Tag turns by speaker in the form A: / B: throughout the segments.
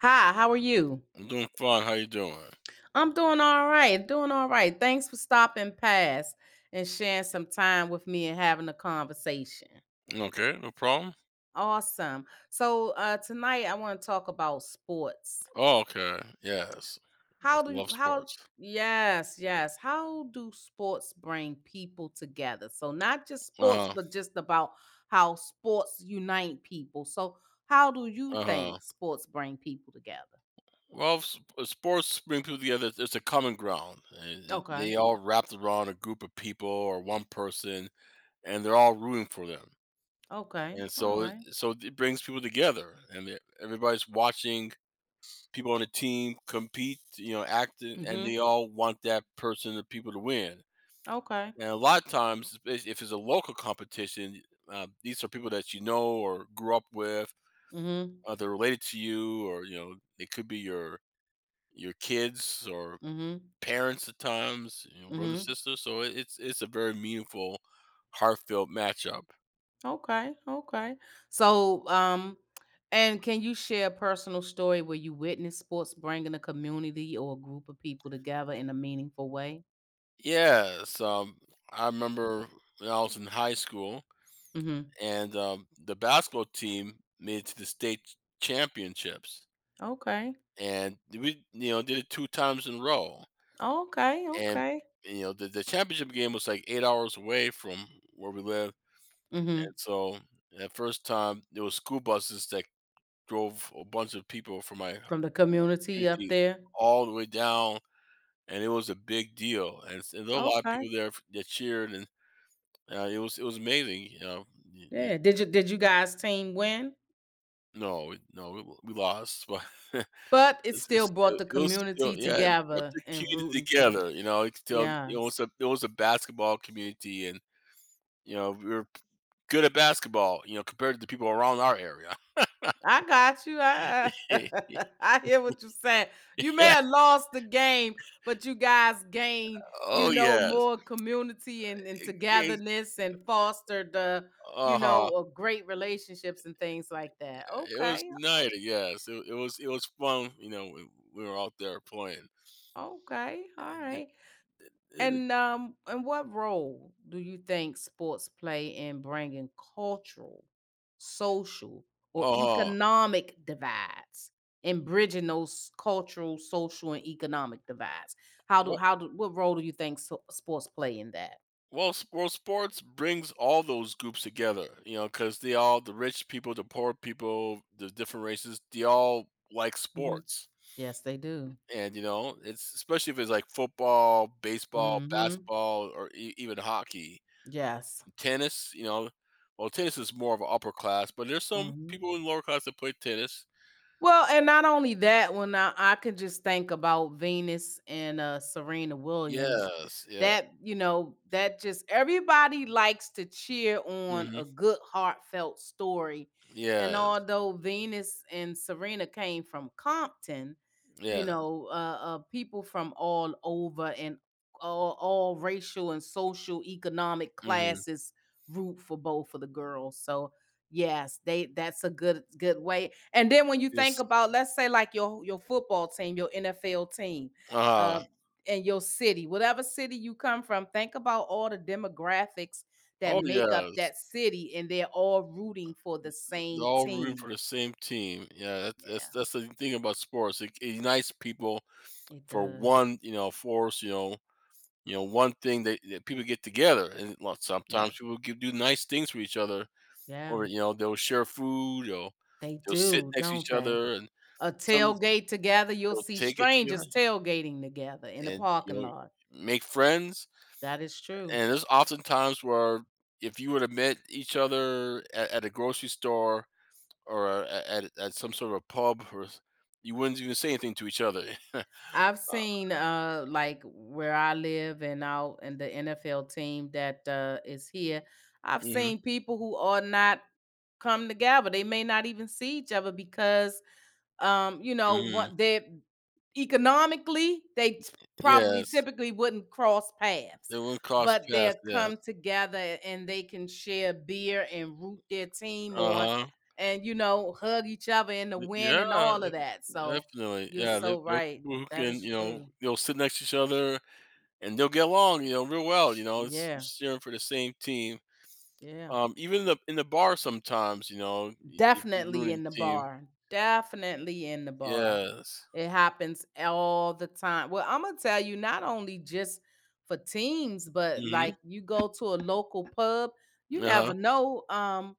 A: Hi, how are you?
B: I'm doing fine. How you doing?
A: I'm doing all right. Doing all right. Thanks for stopping past and sharing some time with me and having a conversation.
B: Okay, no problem.
A: Awesome. So tonight I want to talk about sports.
B: Oh, okay. Yes. I
A: How do
B: love
A: how
B: sports.
A: Yes, yes. How do sports bring people together? So not just sports,
B: Uh-huh.
A: but just about how sports unite people. So how do you
B: Uh-huh.
A: think sports bring people together?
B: Well, sports bring people together. It's a common ground.
A: Okay.
B: They all wrapped around a group of people or one person, and they're all rooting for them.
A: Okay.
B: And
A: All
B: so,
A: right.
B: it brings people together, and everybody's watching people on the team compete. You know, and
A: Mhm.
B: they all want that person, the people to win.
A: Okay.
B: And a lot of times, if it's a local competition, these are people that you know or grew up with.
A: Mhm.
B: They're related to you, or you know, they could be your kids or
A: Mhm.
B: parents at times, you know, brother
A: Mhm.
B: sister. So it's a very meaningful, heartfelt matchup.
A: Okay, okay. So, and can you share a personal story where you witnessed sports bringing a community or a group of people together in a meaningful way?
B: Yes, I remember when I was in high school,
A: Mhm.
B: and the basketball team made it to the state championships,
A: Okay.
B: and we you know did it 2 times in a row.
A: Okay,
B: And,
A: okay.
B: you know, the championship game was like 8 hours away from where we lived. And
A: Mhm.
B: so that first time, there was school buses that drove a bunch of people from my
A: From the community up
B: community
A: there.
B: all the way down, and it was a big deal. And, and there were a lot of
A: Okay.
B: people there that cheered, and it was amazing. You know, Y- y-
A: Yeah. Did you guys team win?
B: no, we lost, but
A: But it
B: it's
A: still
B: just,
A: brought the
B: it was still
A: community
B: yeah, it brought
A: together
B: the
A: and
B: community
A: rooting for.
B: together. You know, you could tell
A: Yes.
B: it was a basketball community, and you know, we were good at basketball, you know, compared to the people around our area.
A: I got you. I I hear what you're saying. You may
B: Yeah.
A: have lost the game, but you guys gained, you
B: Oh
A: know,
B: yes.
A: more community and togetherness and fostered the, you
B: Uh-huh.
A: know, uh, great relationships and things like that.
B: It was
A: Okay.
B: united, yes. It was fun, you know, when we were out there playing.
A: Okay. All right. And what role do you think sports play in bringing cultural, social, or
B: Uh-huh.
A: economic divides and bridging those cultural, social, and economic divides?
B: Well,
A: How do What role do you think so, sports play in that?
B: well, sports brings all those groups together, you know, because they all, the rich people, the poor people, the different races, they all like
A: Mhm.
B: sports.
A: Yes, they do.
B: And, you know, it's especially if it's like football, baseball,
A: Hmm.
B: basketball, or even hockey,
A: Yes.
B: tennis. You know, well, tennis is more of an upper class, but there's some people in lower class that play tennis.
A: Well, and not only that, when I could just think about Venus and Serena Williams,
B: Yes, yeah,
A: that just everybody likes to cheer on
B: hmm
A: a good, heartfelt story. And
B: yes,
A: although Venus and Serena came from Compton, you
B: yeah,
A: know, uh, uh, people from all over and all racial and social economic
B: hmm
A: classes root for both of the girls. So yes, they that's a good good way. And then when you think
B: yes,
A: about let's say like your football team, your NFL team, uh
B: uh
A: and your city, whatever city you come from, think about all the demographics that
B: oh
A: make up
B: yes,
A: that city and they're all rooting for the
B: they're
A: same
B: all rooting
A: team.
B: for the same team. Yeah,
A: Yeah,
B: that's the thing about sports. It unites people
A: it
B: for
A: does.
B: one, you know, force. You know one thing that people get together and sometimes
A: Yes.
B: people do nice things for each other or
A: Yeah.
B: you know they'll share food or
A: They
B: they'll sit
A: do,
B: next to
A: don't
B: each
A: they?
B: other and
A: A
B: some
A: tailgate together, you'll
B: they'll
A: see
B: take it together
A: strangers tailgating together in the
B: and you
A: parking
B: know
A: lot.
B: make friends
A: That is true.
B: and there's often times where if you would have met each other at a grocery store or at some sort of a pub or you wouldn't even say anything to each other uh,
A: I've seen like where I live and out and the NFL team that is here. I've
B: hmm
A: seen people who are not come together. They may not even see each other because
B: hmm
A: what they economically, they probably
B: yes
A: typically wouldn't cross paths,
B: they wouldn't cross
A: but they'll
B: paths yes
A: come together and they can share beer and root their team on
B: uh-huh.
A: and hug each other in the
B: Y
A: wind
B: Yeah,
A: and all of
B: e
A: that. So
B: definitely,
A: you're
B: yeah, there
A: so
B: there are
A: right.
B: people who
A: That
B: can,
A: is
B: you know,
A: true.
B: they'll sit next to each other, and they'll get along, you know, real well, you know,
A: Yeah.
B: it's cheering for the same team,
A: Yeah.
B: even the in the bar sometimes, you know, y if you're
A: Definitely
B: rooting
A: in the
B: team.
A: bar. Definitely in the bar.
B: Yes.
A: It happens all the time. Well, I'm gonna tell you, not only just for teams, but
B: Mhm.
A: like you go to a local pub, you never
B: Uh-huh,
A: know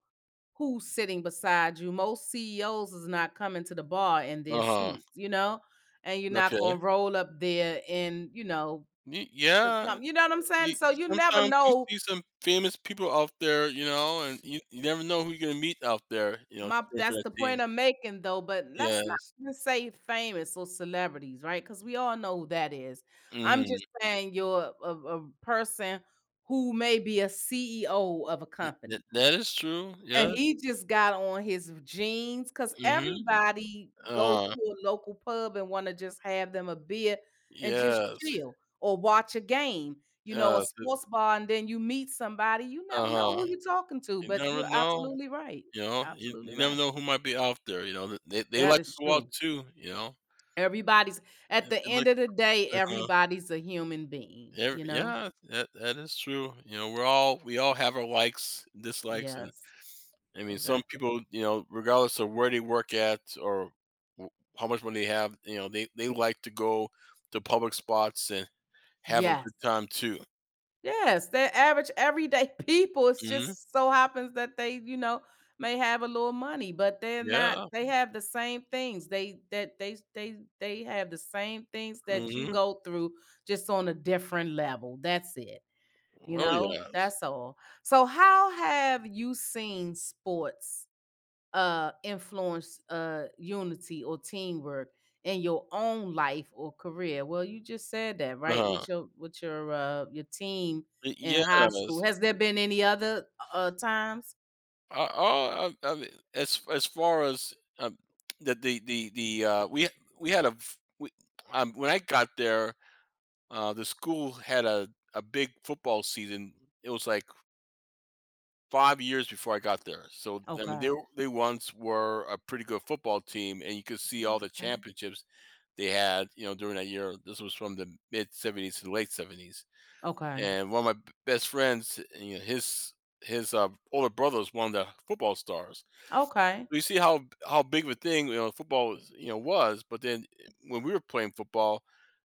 A: who's sitting beside you. Most CEOs is not coming to the bar in their
B: uh-huh,
A: suits, and you're not gonna
B: okay.
A: roll up there in, you know,
B: Y
A: the
B: Yeah,
A: com- you know what I'm saying?
B: you
A: So you never
B: sometimes you
A: know.
B: see some famous people out there, you know, and you never know who you're gonna meet out there, you know,
A: My,
B: cheering for
A: that's
B: that
A: the
B: team.
A: point I'm making, though, but let's not
B: Yes.
A: even say famous or celebrities, right? Because we all know who that is. I'm just
B: Mhm.
A: saying you're a person who may be a CEO of a
B: Th
A: company,
B: That is true,
A: and
B: yeah.
A: he just got on his jeans because
B: Mhm.
A: everybody go
B: Uh,
A: to a local pub and want to just have them a beer and just
B: yes.
A: chill or watch a game, a
B: Yes, it
A: sports bar, and then you meet somebody. You never know
B: Uh-huh.
A: who you're talking to,
B: You
A: but
B: never
A: you're
B: know,
A: absolutely right.
B: you
A: You're
B: know? You
A: absolutely
B: you never
A: right.
B: know who might be out there, you know? Th They
A: That
B: like to
A: is
B: go out
A: true.
B: too, you know?
A: Everybody's At
B: And
A: the
B: they
A: end
B: like
A: of the day,
B: Uh-huh.
A: everybody's a human being,
B: Ev
A: you know?
B: Yeah, that that is true, you know, we're all we all have our likes, dislikes, and,
A: Yes,
B: I mean, some
A: exactly.
B: people, you know, regardless of where they work at or w how much money they have, you know, they like to go to public spots and have a
A: Yes.
B: good time too.
A: Yes, they're average everyday people. It's
B: Mhm.
A: just so happens that they, may have a little money, but they're not
B: Yeah.
A: they have the same things. They have the same things that you
B: Mhm.
A: go through just on a different level. That's it. You
B: Oh,
A: know?
B: yeah.
A: That's all. So how have you seen sports influence unity or teamwork in your own life or career? Well, you just said that, right?
B: Uh-huh.
A: With your team
B: Y
A: in
B: Yes.
A: high school, has there been any other times?
B: I mean, as far as, um, the we had a f we when I got there, the school had a big football season. It was, like, 5 years before I got there. So, I mean, they
A: Okay.
B: were they once were a pretty good football team, and you could see all the
A: Okay.
B: championships they had, you know, during that year. This was from the mid '70s to the late '70s.
A: Okay.
B: And one of my best friends, you know, his older brother was one of the football stars.
A: Okay.
B: So you see how big of a thing you know football you know was, but then when we were playing football,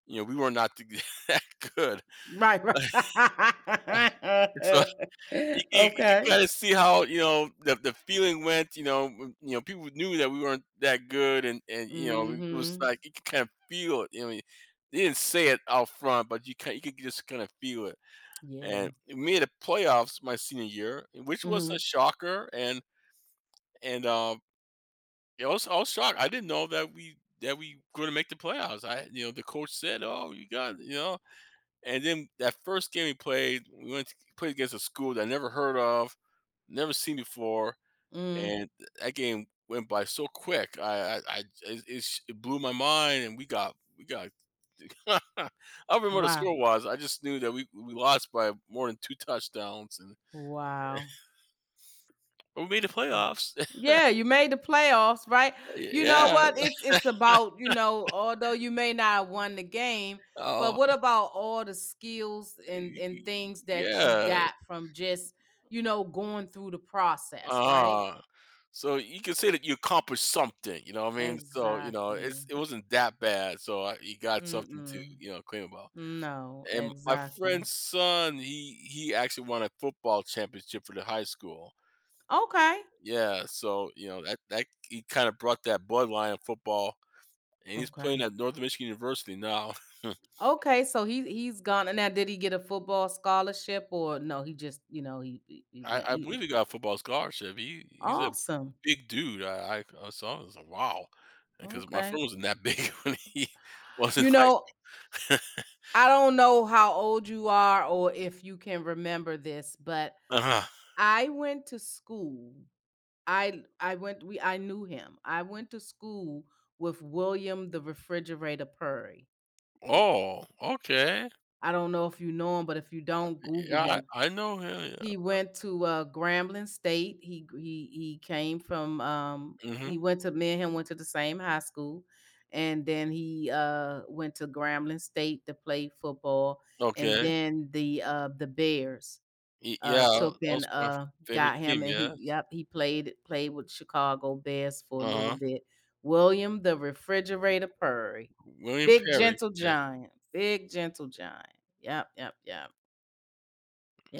B: you know, we were not that good.
A: Right. Right.
B: So you can
A: Okay.
B: kind of see how you know the feeling went. You know, you know people knew that we weren't that good, and you know it was
A: Mhm.
B: like you could kind of feel it. You know, they didn't say it out front, but you can you could just kind of feel it.
A: Yeah.
B: And we made the playoffs my senior year, which was a
A: Mhm.
B: shocker, and, I was shocked. I didn't know that we gonna make the playoffs. I you know, the coach said, "Oh, you got" you know? And then that first game we played, we went to played against a school that I never heard of, never seen before,
A: Mm.
B: and that game went by so quick. I it it sh It blew my mind, and we got I don't remember what the
A: Wow.
B: score was. I just knew that we lost by more than 2 touchdowns and
A: Wow.
B: we made the playoffs.
A: Yeah, you made the playoffs, right? You know
B: Yeah.
A: what? It's about, you know, although you may not have won the game, but
B: Oh,
A: what about all the skills
B: y
A: and
B: y
A: things that you
B: yes.
A: got from just, going through the process, right?
B: Uh, so you can say that you accomplished something, you know what I mean? So, you know,
A: Exactly.
B: it's it wasn't that bad, so I you got something to,
A: Mm-mm.
B: you know, claim about.
A: No,
B: And my
A: exactly.
B: friend's son, he actually won a football championship for the high school.
A: Okay.
B: Yeah, so, you know, that he kinda brought that bloodline of football, and he's
A: Okay.
B: playing at Northern Michigan University now.
A: Okay, so he's gone. Now, did he get a football scholarship or no, he just, he went
B: I
A: he,
B: believe he got a football scholarship. He's a
A: awesome.
B: big dude. I saw him, I was like, "Wow," because my
A: Okay.
B: friend wasn't that big when he was in
A: You
B: high
A: know,
B: school.
A: I don't know how old you are or if you can remember this, but
B: Uh-huh.
A: I went to school. I knew him. I went to school with William the Refrigerator Purry.
B: Oh, okay.
A: I don't know if you know him, but if you don't, Google
B: Yeah,
A: him.
B: I know him,
A: He went to Grambling State. He came from,
B: yeah.
A: he
B: Mhm.
A: went to me and him went to the same high school, and then he went to Grambling State to play football, and
B: Okay.
A: then the Bears,
B: Y
A: uh,
B: Yeah,
A: took
B: that
A: and,
B: was my
A: uh,
B: favorite
A: got
B: team,
A: him, and he
B: yes.
A: yep, he played played with Chicago Bears for a little
B: Uh-huh.
A: bit. William the Refrigerator Purdy.
B: William
A: Big
B: Perry,
A: gentle
B: yes,
A: giant, big gentle giant. Yep, yep, yep.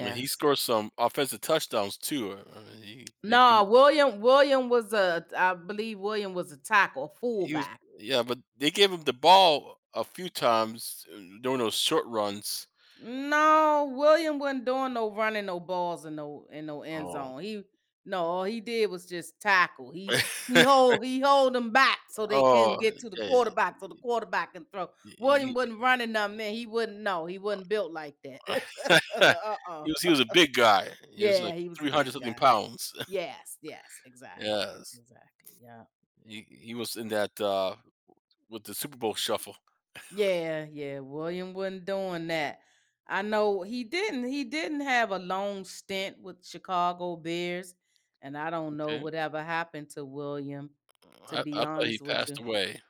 B: and he scored some offensive touchdowns too. He they
A: No,
B: gave
A: William William was a I believe William was a tackle,
B: he was
A: fullback.
B: Yeah, but they gave him the ball a few times, during those short runs.
A: No, William wasn't doing no running no balls in no end
B: Oh.
A: zone. He No, all he did was just tackle. He he hold he hold them back so they can
B: Oh,
A: get to the
B: yeah, yeah,
A: quarterback so the quarterback can throw.
B: yeah,
A: William
B: he
A: wasn't running them man. He wouldn't No, he wasn't built like that. Uh-uh.
B: he was a big guy. He was,
A: Yeah,
B: like,
A: he was a
B: 300
A: big
B: something
A: guy.
B: pounds.
A: Yes, yes, exactly.
B: Yes.
A: Exactly. Yeah.
B: He was in that, with the Super Bowl Shuffle.
A: Yeah, yeah. William wasn't doing that. I know he didn't. He didn't have a long stint with Chicago Bears, and I don't know
B: Okay.
A: whatever happened to William. To be
B: I thought he
A: honest with
B: passed
A: you,
B: away.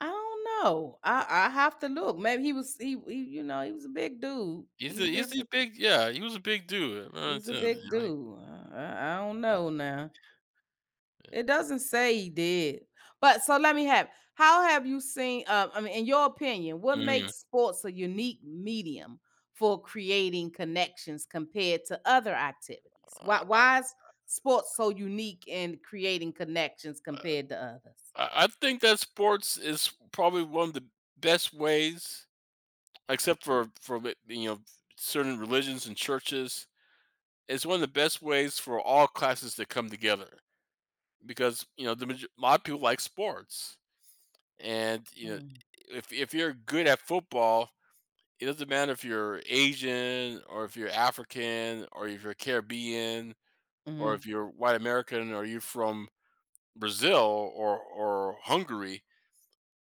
A: I don't know. I have to look. Maybe he was a big dude. He's
B: He's
A: big.
B: a big yeah, he was a big dude.
A: He was
B: It's,
A: a
B: yeah,
A: big
B: like,
A: dude. I don't
B: uh,
A: know now. It doesn't say he did. But so let me have how have you seen I mean in your opinion, what
B: mhm.
A: makes sports a unique medium for creating connections compared to other activities? Why
B: I I
A: why is sports so unique in creating connections compared to others?
B: I think that sports is probably one of the best ways, except you know, certain religions and churches. It's one of the best ways for all classes to come together because you know a lot of people like sports, and you know
A: Mm,
B: if you're good at football, it doesn't matter if you're Asian or if you're African or if you're Caribbean or if
A: mhm.
B: you're white American or you're from Brazil or Hungary.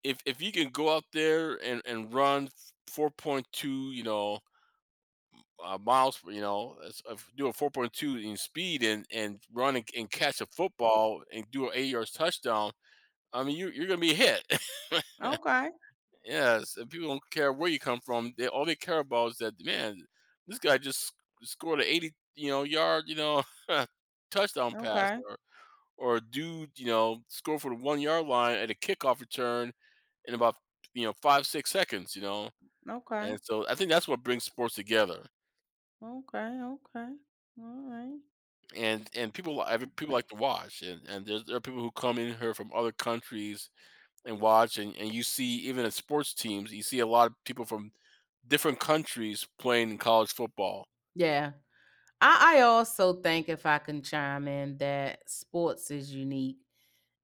B: If you can go out there and run 4.2, you know, miles, you know, if do a 4.2 in speed and run and catch a football and do an 8 yards touchdown, I mean, you're going to be hit.
A: Okay.
B: Yes. And people don't care where you come from. All they care about is that, man, this guy just scored an 80, you know, yard, you know, touchdown pass
A: Okay.
B: or a dude, you know, score for the 1 yard line at a kickoff return in about, you know, 5, 6 seconds, you know.
A: Okay.
B: And so I think that's what brings sports together.
A: Okay. Okay. All right.
B: And people li- every people like to watch and there are people who come in here from other countries and watch and you see even at sports teams you see a lot of people from different countries playing in college football.
A: Yeah. I also think if I can chime in that sports is unique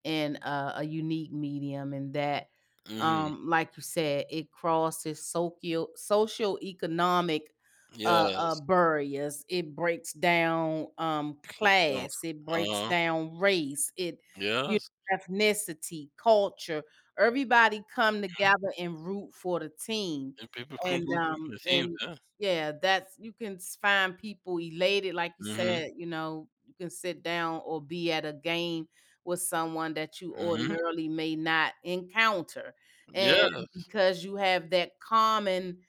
A: in a unique medium and that
B: Hmm.
A: like you said it crosses socio-economic
B: Yes,
A: barriers, it breaks down
B: McDonald's.
A: class, it
B: Uh
A: breaks
B: huh.
A: down race,
B: Yes,
A: ethnicity, culture. Everybody come
B: mhm.
A: together and root for the team
B: And people come
A: and
B: root for
A: um
B: the teams.
A: and
B: Yeah.
A: yeah, that's you can find people elated like you
B: Mhm.
A: said you know you can sit down or be at a game with someone that you
B: Mhm.
A: ordinarily may not encounter. And
B: Yes.
A: because you have that common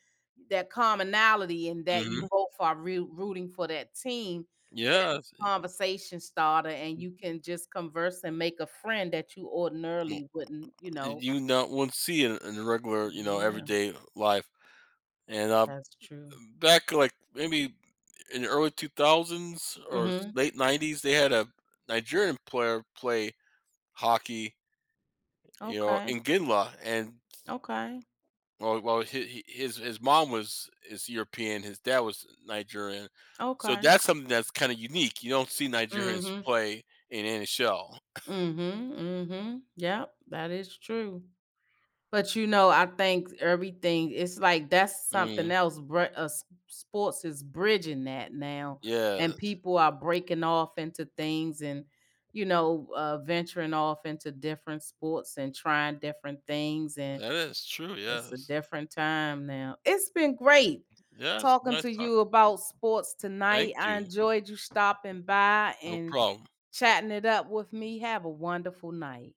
A: that commonality and that you
B: Mhm.
A: both are rooting for that team, that's
B: Yes.
A: a conversation starter and you can just converse and make a friend that you
B: Mm,
A: ordinarily wouldn't, you
B: and
A: know.
B: you not won't see it in the regular, you know,
A: Yeah,
B: everyday life. And
A: that's true.
B: back, like, maybe in the early 2000s or s
A: Mhm.
B: late 90s, they had a Nigerian player play hockey, you know,
A: Okay.
B: in Ginla. And
A: Okay.
B: well well, hi his mom was is European, his dad was Nigerian, so
A: Okay.
B: that's something that's kinda unique, you don't see Nigerians
A: Mhm.
B: play in NHL.
A: Mhm. Mhm. Yep, that is true. But, I think everything it's like that's something
B: Mm,
A: else, br s sports is bridging that now, and
B: yes.
A: people are breaking off into things and venturing off into different sports and trying different things, and
B: That is true,
A: it's a
B: yes.
A: different time now. It's been great
B: Yes,
A: talking
B: nice
A: to you
B: talking.
A: about sports tonight.
B: Thank
A: I
B: you.
A: enjoyed you stopping by
B: No
A: and
B: problem.
A: chatting it up with me. Have a wonderful night.